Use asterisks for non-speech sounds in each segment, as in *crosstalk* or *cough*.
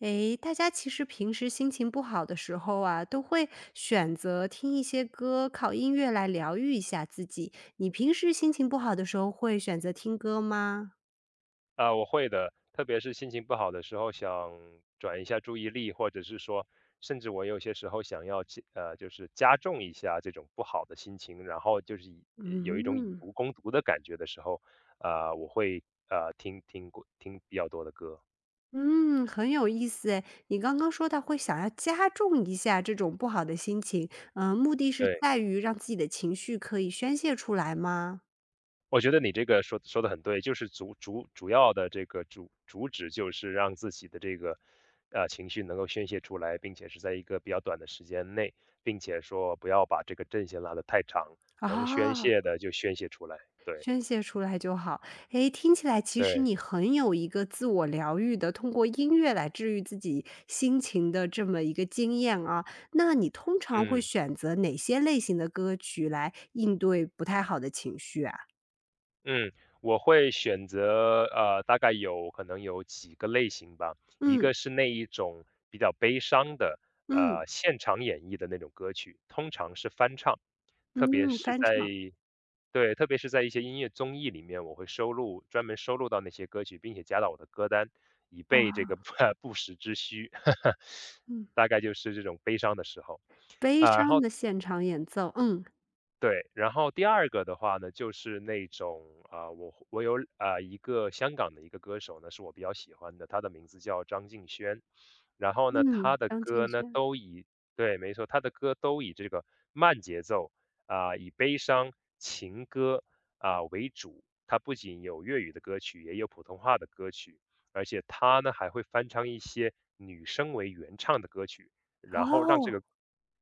诶，大家其实平时心情不好的时候啊，都会选择听一些歌，靠音乐来疗愈一下自己。你平时心情不好的时候会选择听歌吗？啊，我会的，特别是心情不好的时候，想转移一下注意力，或者是说，甚至我有些时候想要就是加重一下这种不好的心情，然后就是有一种以嗯毒攻毒的感觉的时候，啊、我会听比较多的歌，嗯，很有意思诶。你刚刚说到会想要加重一下这种不好的心情，嗯，目的是对。在于让自己的情绪可以宣泄出来吗？我觉得你这个说的很对，就是主要的这个主旨就是让自己的这个情绪能够宣泄出来，并且是在一个比较短的时间内，并且说不要把这个阵线拉得太长，能宣啊。泄的就宣泄出来。对宣泄出来就好。诶，听起来其实对，你很有一个自我疗愈的，通过音乐来治愈自己心情的这么一个经验啊。那你通常会嗯。选择哪些类型的歌曲来应对不太好的情绪啊？嗯，我会选择大概有可能有几个类型吧。一嗯，个是那一种比较悲伤的，嗯，现场演绎的那种歌曲，通常是翻唱，特别嗯，是翻在唱，对，特别是在一些音乐综艺里面，我会专门收录到那些歌曲，并且加到我的歌单，以备啊，这个 *laughs* 不时之需。*laughs* 嗯，大概就是这种悲伤的时候悲啊、然伤后。的现场演奏，嗯，对，然后第二个的话呢，就是那种啊、我有啊、一个香港的一个歌手呢，是我比较喜欢的，他的名字叫张敬轩，然后呢，嗯，他的张敬歌呢轩，都以对，没错，他的歌都以这个慢节奏啊、以悲伤情歌啊、为主。他不仅有粤语的歌曲，也有普通话的歌曲，而且他呢还会翻唱一些女生为原唱的歌曲，然后让这哦，个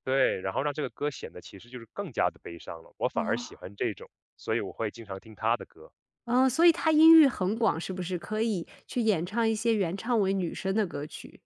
对，然后让这个歌显得其实就是更加的悲伤了，我反而喜哦，欢这种，所以我会经常听他的歌。嗯，所以他音域很广，是不是可以去演唱一些原唱为女生的歌曲？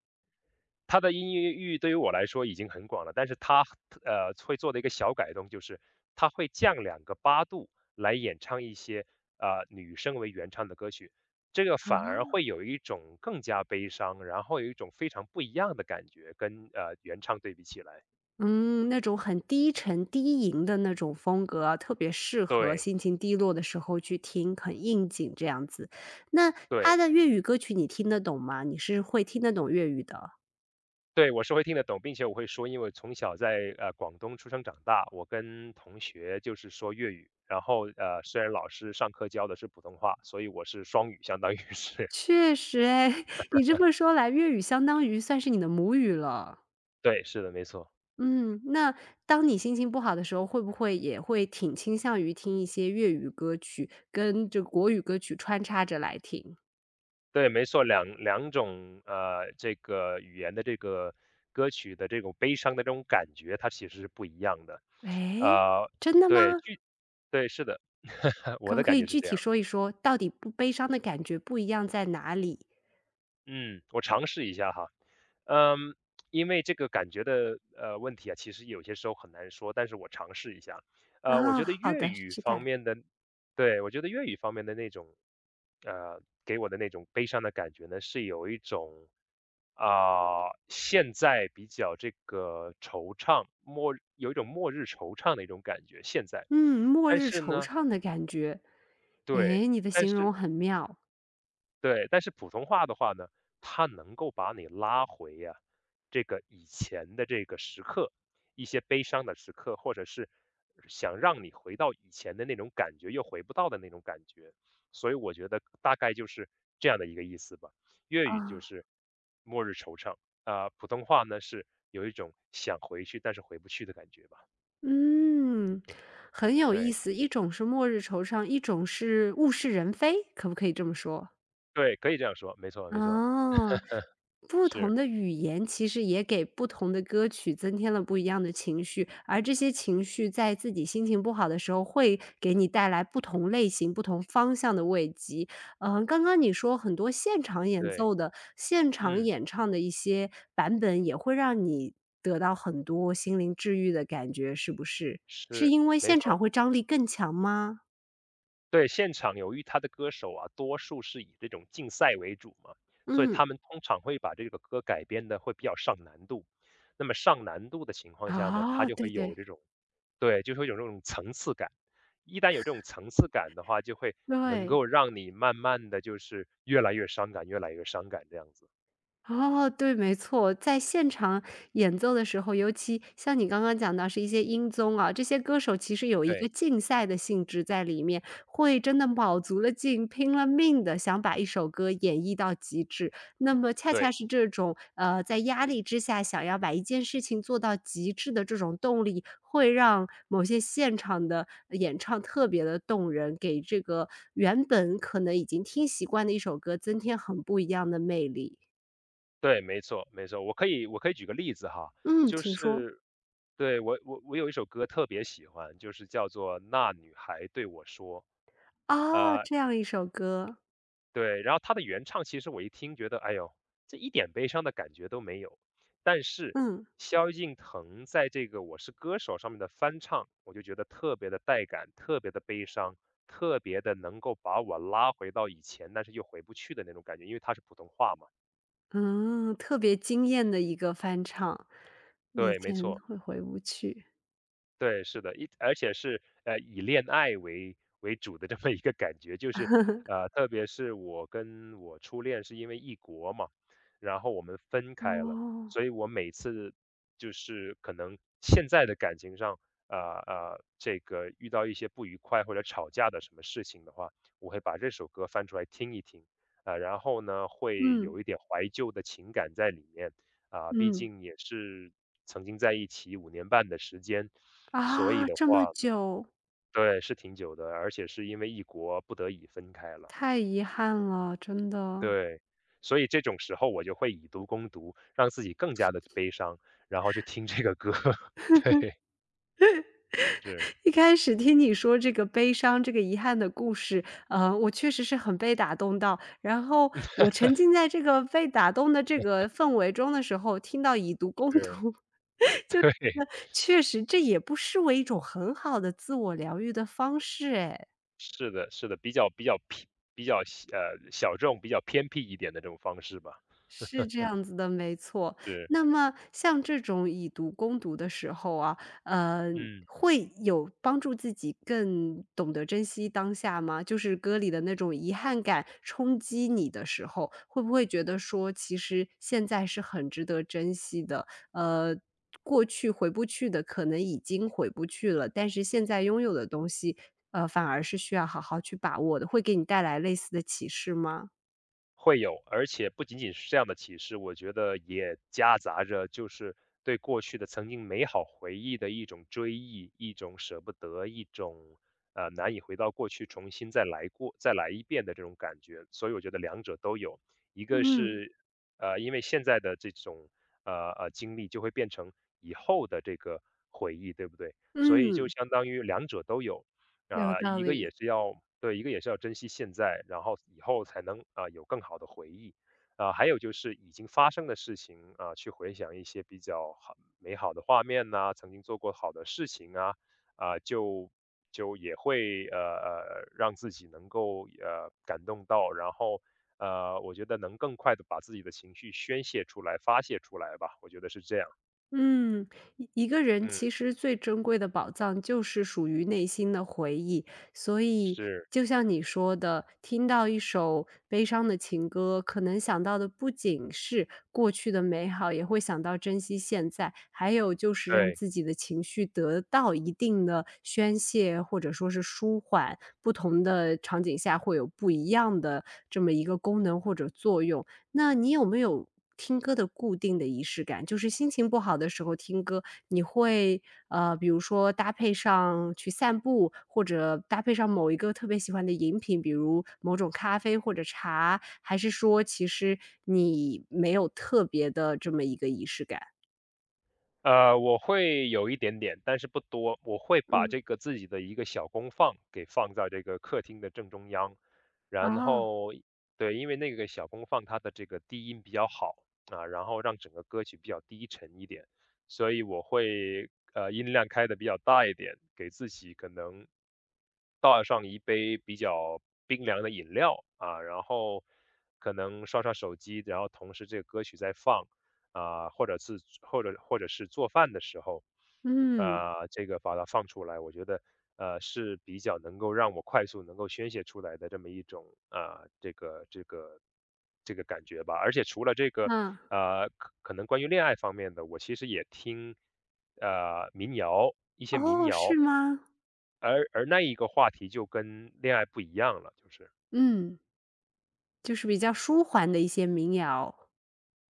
他的音乐域对于我来说已经很广了，但是他，会做的一个小改动就是他会降两个八度来演唱一些，女生为原唱的歌曲，这个啊？反而会有一种更加悲伤，然后有一种非常不一样的感觉，跟，原唱对比起来。嗯，那种很低沉低吟的那种风格啊特别适合对，心情低落的时候去听，很应景这样子。那他对。的粤语歌曲你听得懂吗？你是会听得懂粤语的？对，我是会听得懂，并且我会说，因为从小在广东出生长大，我跟同学就是说粤语，然后虽然老师上课教的是普通话，所以我是双语，相当于是，确实哎，*laughs* 你这么说来，粤语相当于算是你的母语了。*laughs* 对，是的，没错，嗯，那当你心情不好的时候，会不会也会挺倾向于听一些粤语歌曲，跟这国语歌曲穿插着来听？对，没错，两种这个语言的这个歌曲的这种悲伤的这种感觉，它其实是不一样的，哎，呃，真的对，吗？对是的，*laughs* 我可的不可感以觉是具这体样，说一说，到底不悲伤的感觉不一样在哪里？嗯，我尝试一下哈。嗯，因为这个感觉的问题啊，其实有些时候很难说，但是我尝试一下。我啊，觉得好粤的，试语试方看。面的，对，我觉得粤语方面的那种，给我的那种悲伤的感觉呢，是有一种啊、现在比较这个惆怅，有一种末日惆怅的一种感觉。现在，嗯，末但日是惆呢，怅的感觉。诶，对，你的但形是容很妙对，但是普通话的话呢，它能够把你拉回呀、这个以前的这个时刻，一些悲伤的时刻，或者是想让你回到以前的那种感觉，又回不到的那种感觉。所以我觉得大概就是这样的一个意思吧。粤语就啊，是末日惆怅啊、普通话呢是有一种想回去但是回不去的感觉吧。嗯，很有意对思。一种是末日惆怅，一种是物是人非，可不可以这么说？对，可以这样说，没错没错，哦，不是同的语言其实也给不同的歌曲增添了不一样的情绪，而这些情绪在自己心情不好的时候，会给你带来不同类型、不同方向的慰藉。嗯，刚刚你说很多现场演对，奏的、现场嗯，演唱的一些版本，也会让你得到很多心灵治愈的感觉，是不是？是是因为没现错。场会张力更强吗？对，现场由于他的歌手啊，多数是以这种竞赛为主嘛，所以嗯，他们通常会把这个歌改编的会比较上难度。那么上难度的情况下呢，它啊，就对会对，有这种对，就会有这种层次感。一旦有这种层次感的话，就会能对。够让你慢慢的就是越来越伤感，越来越伤感这样子。哦，对，没错，在现场演奏的时候，尤其像你刚刚讲到是一些音综啊，这些歌手其实有一个对竞赛的性质在里面，会真的卯足了劲、拼了命的想把一首歌演绎到极致。那么恰恰对是这种，在压力之下想要把一件事情做到极致的这种动力，会让某些现场的演唱特别的动人，给这个原本可能已经听习惯的一首歌增添很不一样的魅力。对，没错没错，我可以举个例子哈，嗯，就请说。是对我有一首歌特别喜欢，就是叫做《那女孩对我说》。哦，呃，这样一首歌，对，然后他的原唱其实我一听觉得，哎呦，这一点悲伤的感觉都没有。但是嗯，萧敬腾在这个《我是歌手》上面的翻唱，我就觉得特别的带感，特别的悲伤，特别的能够把我拉回到以前，但是又回不去的那种感觉，因为它是普通话嘛。嗯，特别惊艳的一个翻唱，以对，没前错。会回不去。对，是的，而且是，以恋爱为主的这么一个感觉，就是，*laughs* 特别是我跟我初恋是因为异国嘛，然后我们分开了，哦，所以我每次就是可能现在的感情上，呃这个遇到一些不愉快或者吵架的什么事情的话，我会把这首歌翻出来听一听，啊，然后呢，会嗯，有一点怀旧的情感在里面，啊，毕嗯，竟也是曾经在一起5年半的时间，所以啊，的这么话久，对，是挺久的，而且是因为异国不得已分开了，太遗憾了，真的。对。所以这种时候我就会以毒攻毒，让自己更加的悲伤，然后去听这个歌，*laughs* 对，是 *laughs* 一开始听你说这个悲伤、这个遗憾的故事，我确实是很被打动到，然后我沉浸在这个被打动的这个氛围中的时候，听到以毒攻是，毒，对，那确实，这也不失为一种很好的自我疗愈的方式哎。是的是的，比较偏比较小众、比较偏僻一点的这种方式吧，是这样子的，没错。是，那么像这种以毒攻毒的时候啊，呃，嗯。会有帮助自己更懂得珍惜当下吗？就是歌里的那种遗憾感冲击你的时候，会不会觉得说其实现在是很值得珍惜的？呃，过去回不去的，可能已经回不去了，但是现在拥有的东西，反而是需要好好去把握的，会给你带来类似的启示吗？会有，而且不仅仅是这样的启示，我觉得也夹杂着就是对过去的曾经美好回忆的一种追忆，一种舍不得，一种难以回到过去重新再来过、再来一遍的这种感觉。所以我觉得两者都有，一个嗯嗯。是因为现在的这种经历就会变成以后的这个回忆，对不对？所以就嗯相当于两者都有。有啊，道一个理，也是要对，一个也是要珍惜现在，然后以后才能啊有更好的回忆。啊，还有就是已经发生的事情啊，去回想一些比较美好的画面呐、曾经做过好的事情啊，啊，就也会让自己能够感动到，然后我觉得能更快的把自己的情绪宣泄出来、发泄出来吧，我觉得是这样。嗯，一个人嗯，其实最珍贵的宝藏就是属于内心的回忆，所以是，就像你说的，听到一首悲伤的情歌，可能想到的不仅是过去的美好，也会想到珍惜现在，还有就是让对。自己的情绪得到一定的宣泄或者说是舒缓，不同的场景下会有不一样的这么一个功能或者作用。那你有没有听歌的固定的仪式感？就是心情不好的时候听歌，你会，比如说搭配上去散步，或者搭配上某一个特别喜欢的饮品，比如某种咖啡或者茶，还是说其实你没有特别的这么一个仪式感？我会有一点点，但是不多。我会把嗯，这个自己的一个小功放给放在这个客厅的正中央，然哦，后对，因为那个小功放它的这个低音比较好啊，然后让整个歌曲比较低沉一点，所以我会音量开的比较大一点，给自己可能倒上一杯比较冰凉的饮料啊，然后可能刷刷手机，然后同时这个歌曲在放。啊，或者是做饭的时候，嗯，啊，这个把它放出来，我觉得，是比较能够让我快速能够宣泄出来的这么一种，啊，这个感觉吧。而且除了这个，嗯，可能关于恋爱方面的，我其实也听，民谣，一些民哦，是谣，吗？而那一个话题就跟恋爱不一样了，就是。嗯，就是比较舒缓的一些民谣，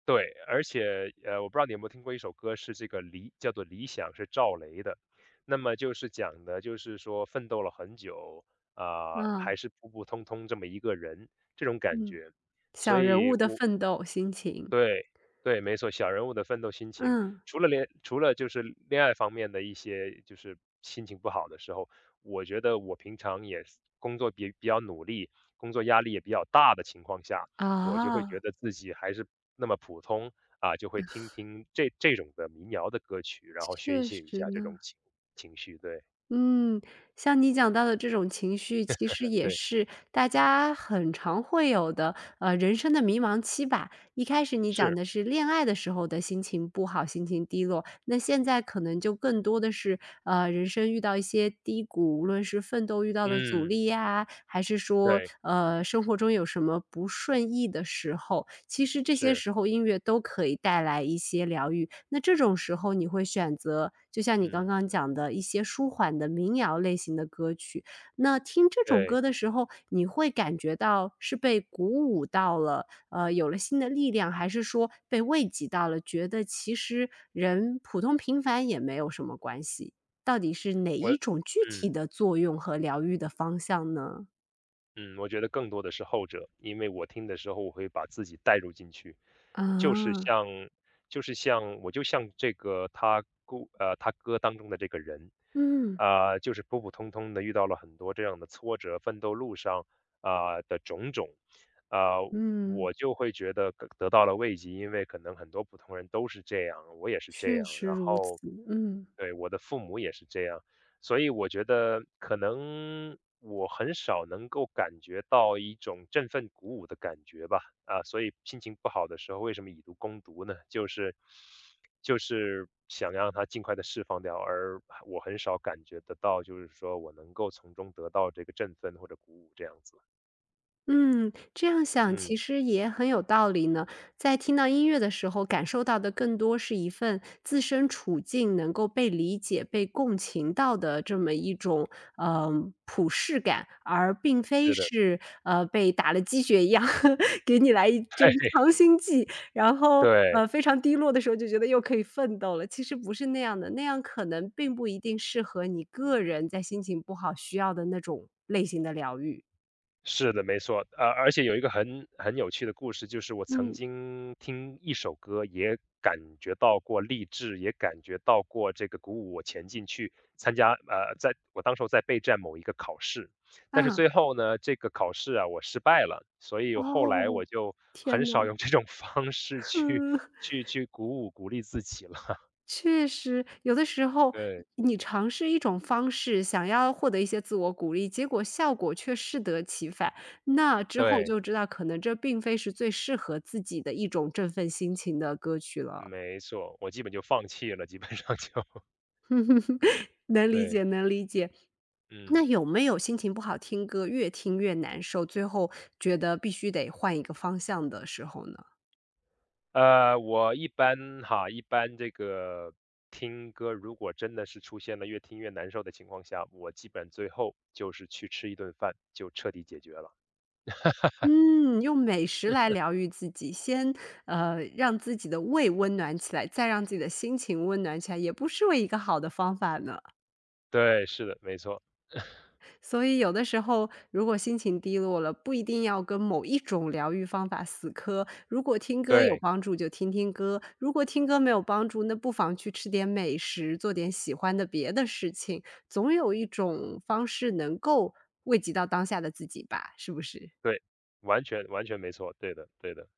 对，而且，我不知道你有没有听过一首歌，是这个叫做《理想》，是赵雷的。那么就是讲的，就是说奋斗了很久，啊、嗯，还是普普通通这么一个人，这种感嗯，觉。所小人以物的我，奋斗心情，对，对，没错，小人物的奋斗心情，嗯。除了就是恋爱方面的一些就是心情不好的时候，我觉得我平常也是工作比较努力，工作压力也比较大的情况下，我就会啊，觉得自己还是那么普通啊，就会听听这种的民谣的歌曲，然后宣确泄一实下这种呢。情绪。对，嗯，像你讲到的这种情绪，其实也对，是大家很常会有的，人生的迷茫期吧。一开始你讲是，的是恋爱的时候的心情不好，心情低落，那现在可能就更多的是，人生遇到一些低谷，无论是奋斗遇到的阻嗯，力呀，还是说，对，生活中有什么不顺意的时候，其实这些是，时候音乐都可以带来一些疗愈。那这种时候你会选择，就像你刚嗯，刚讲的一些舒缓的民谣类型的歌曲，那听这种对，歌的时候，你会感觉到是被鼓舞到了，有了新的力量，还是说被慰藉到了，觉得其实人普通平凡也没有什么关系？到底是哪我一种具体嗯。的作用和疗愈的方向呢？嗯，我觉得更多的是后者，因为我听的时候我会把自己带入进去，就是啊，像就是像我就像这个他歌当中的这个人，嗯，啊、就是普普通通的遇到了很多这样的挫折，奋斗路上啊、的种种，啊、嗯，我就会觉得得到了慰藉，因为可能很多普通人都是这样，我也是这确样，实然如此，后嗯。对我的父母也是这样。所以我觉得可能我很少能够感觉到一种振奋鼓舞的感觉吧，啊，所以心情不好的时候，为什么以毒攻毒呢？就是想让它尽快的释放掉，而我很少感觉得到，就是说我能够从中得到这个振奋或者鼓舞这样子。嗯，这样想嗯，其实也很有道理呢。在听到音乐的时候，感受到的更多是一份自身处境能够被理解、被共情到的这么一种嗯，普适感，而并非是的，是被打了鸡血一样 *laughs* 给你来一针强心剂，然后对。非常低落的时候就觉得又可以奋斗了。其实不是那样的，那样可能并不一定适合你个人在心情不好需要的那种类型的疗愈。是的，没错。而且有一个很有趣的故事，就是我曾嗯经听一首歌，也感觉到过励志，也感觉到过这个鼓舞我前进去参加。在我当时候在备战某一个考试，但是啊。最后呢，这个考试啊，我失败了，所以后来哦，我就很天少呐，用这种 *laughs* 方式 *laughs* 去嗯，去去鼓舞鼓励自己了。*laughs* 确实，有的时候对你尝试一种方式，想要获得一些自我鼓励，结果效果却适得其反。那之后对，就知道，可能这并非是最适合自己的一种振奋心情的歌曲了。没错，我基本就放弃了，基本上就 *laughs* 能 *laughs* 理对，解，能理解。嗯。那有没有心情不好听歌，越听越难受，最后觉得必须得换一个方向的时候呢？我一般这个听歌，如果真的是出现了越听越难受的情况下，我基本最后就是去吃一顿饭，就彻底解决了。嗯，用美食来疗愈自己，先，让自己的胃温暖起来，再让自己的心情温暖起来，也不失为一个好的方法呢。对，是的，没错，所以有的时候，如果心情低落了，不一定要跟某一种疗愈方法死磕。如果听歌有对帮助，就听听歌；如果听歌没有帮助，那不妨去吃点美食，做点喜欢的别的事情，总有一种方式能够慰藉到当下的自己吧，是不是？对，完全完全没错，对的对的，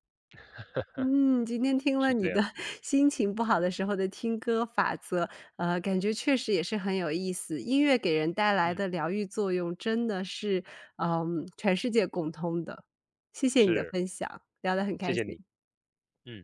嗯，今天听了是你这样，的 *laughs* 心情不好的时候的听歌法则，感觉确实也是很有意思。音乐给人带来嗯，的疗愈作用真的是，嗯，全世界共通的。谢谢你的是，分享，聊得很谢开谢心。你，嗯。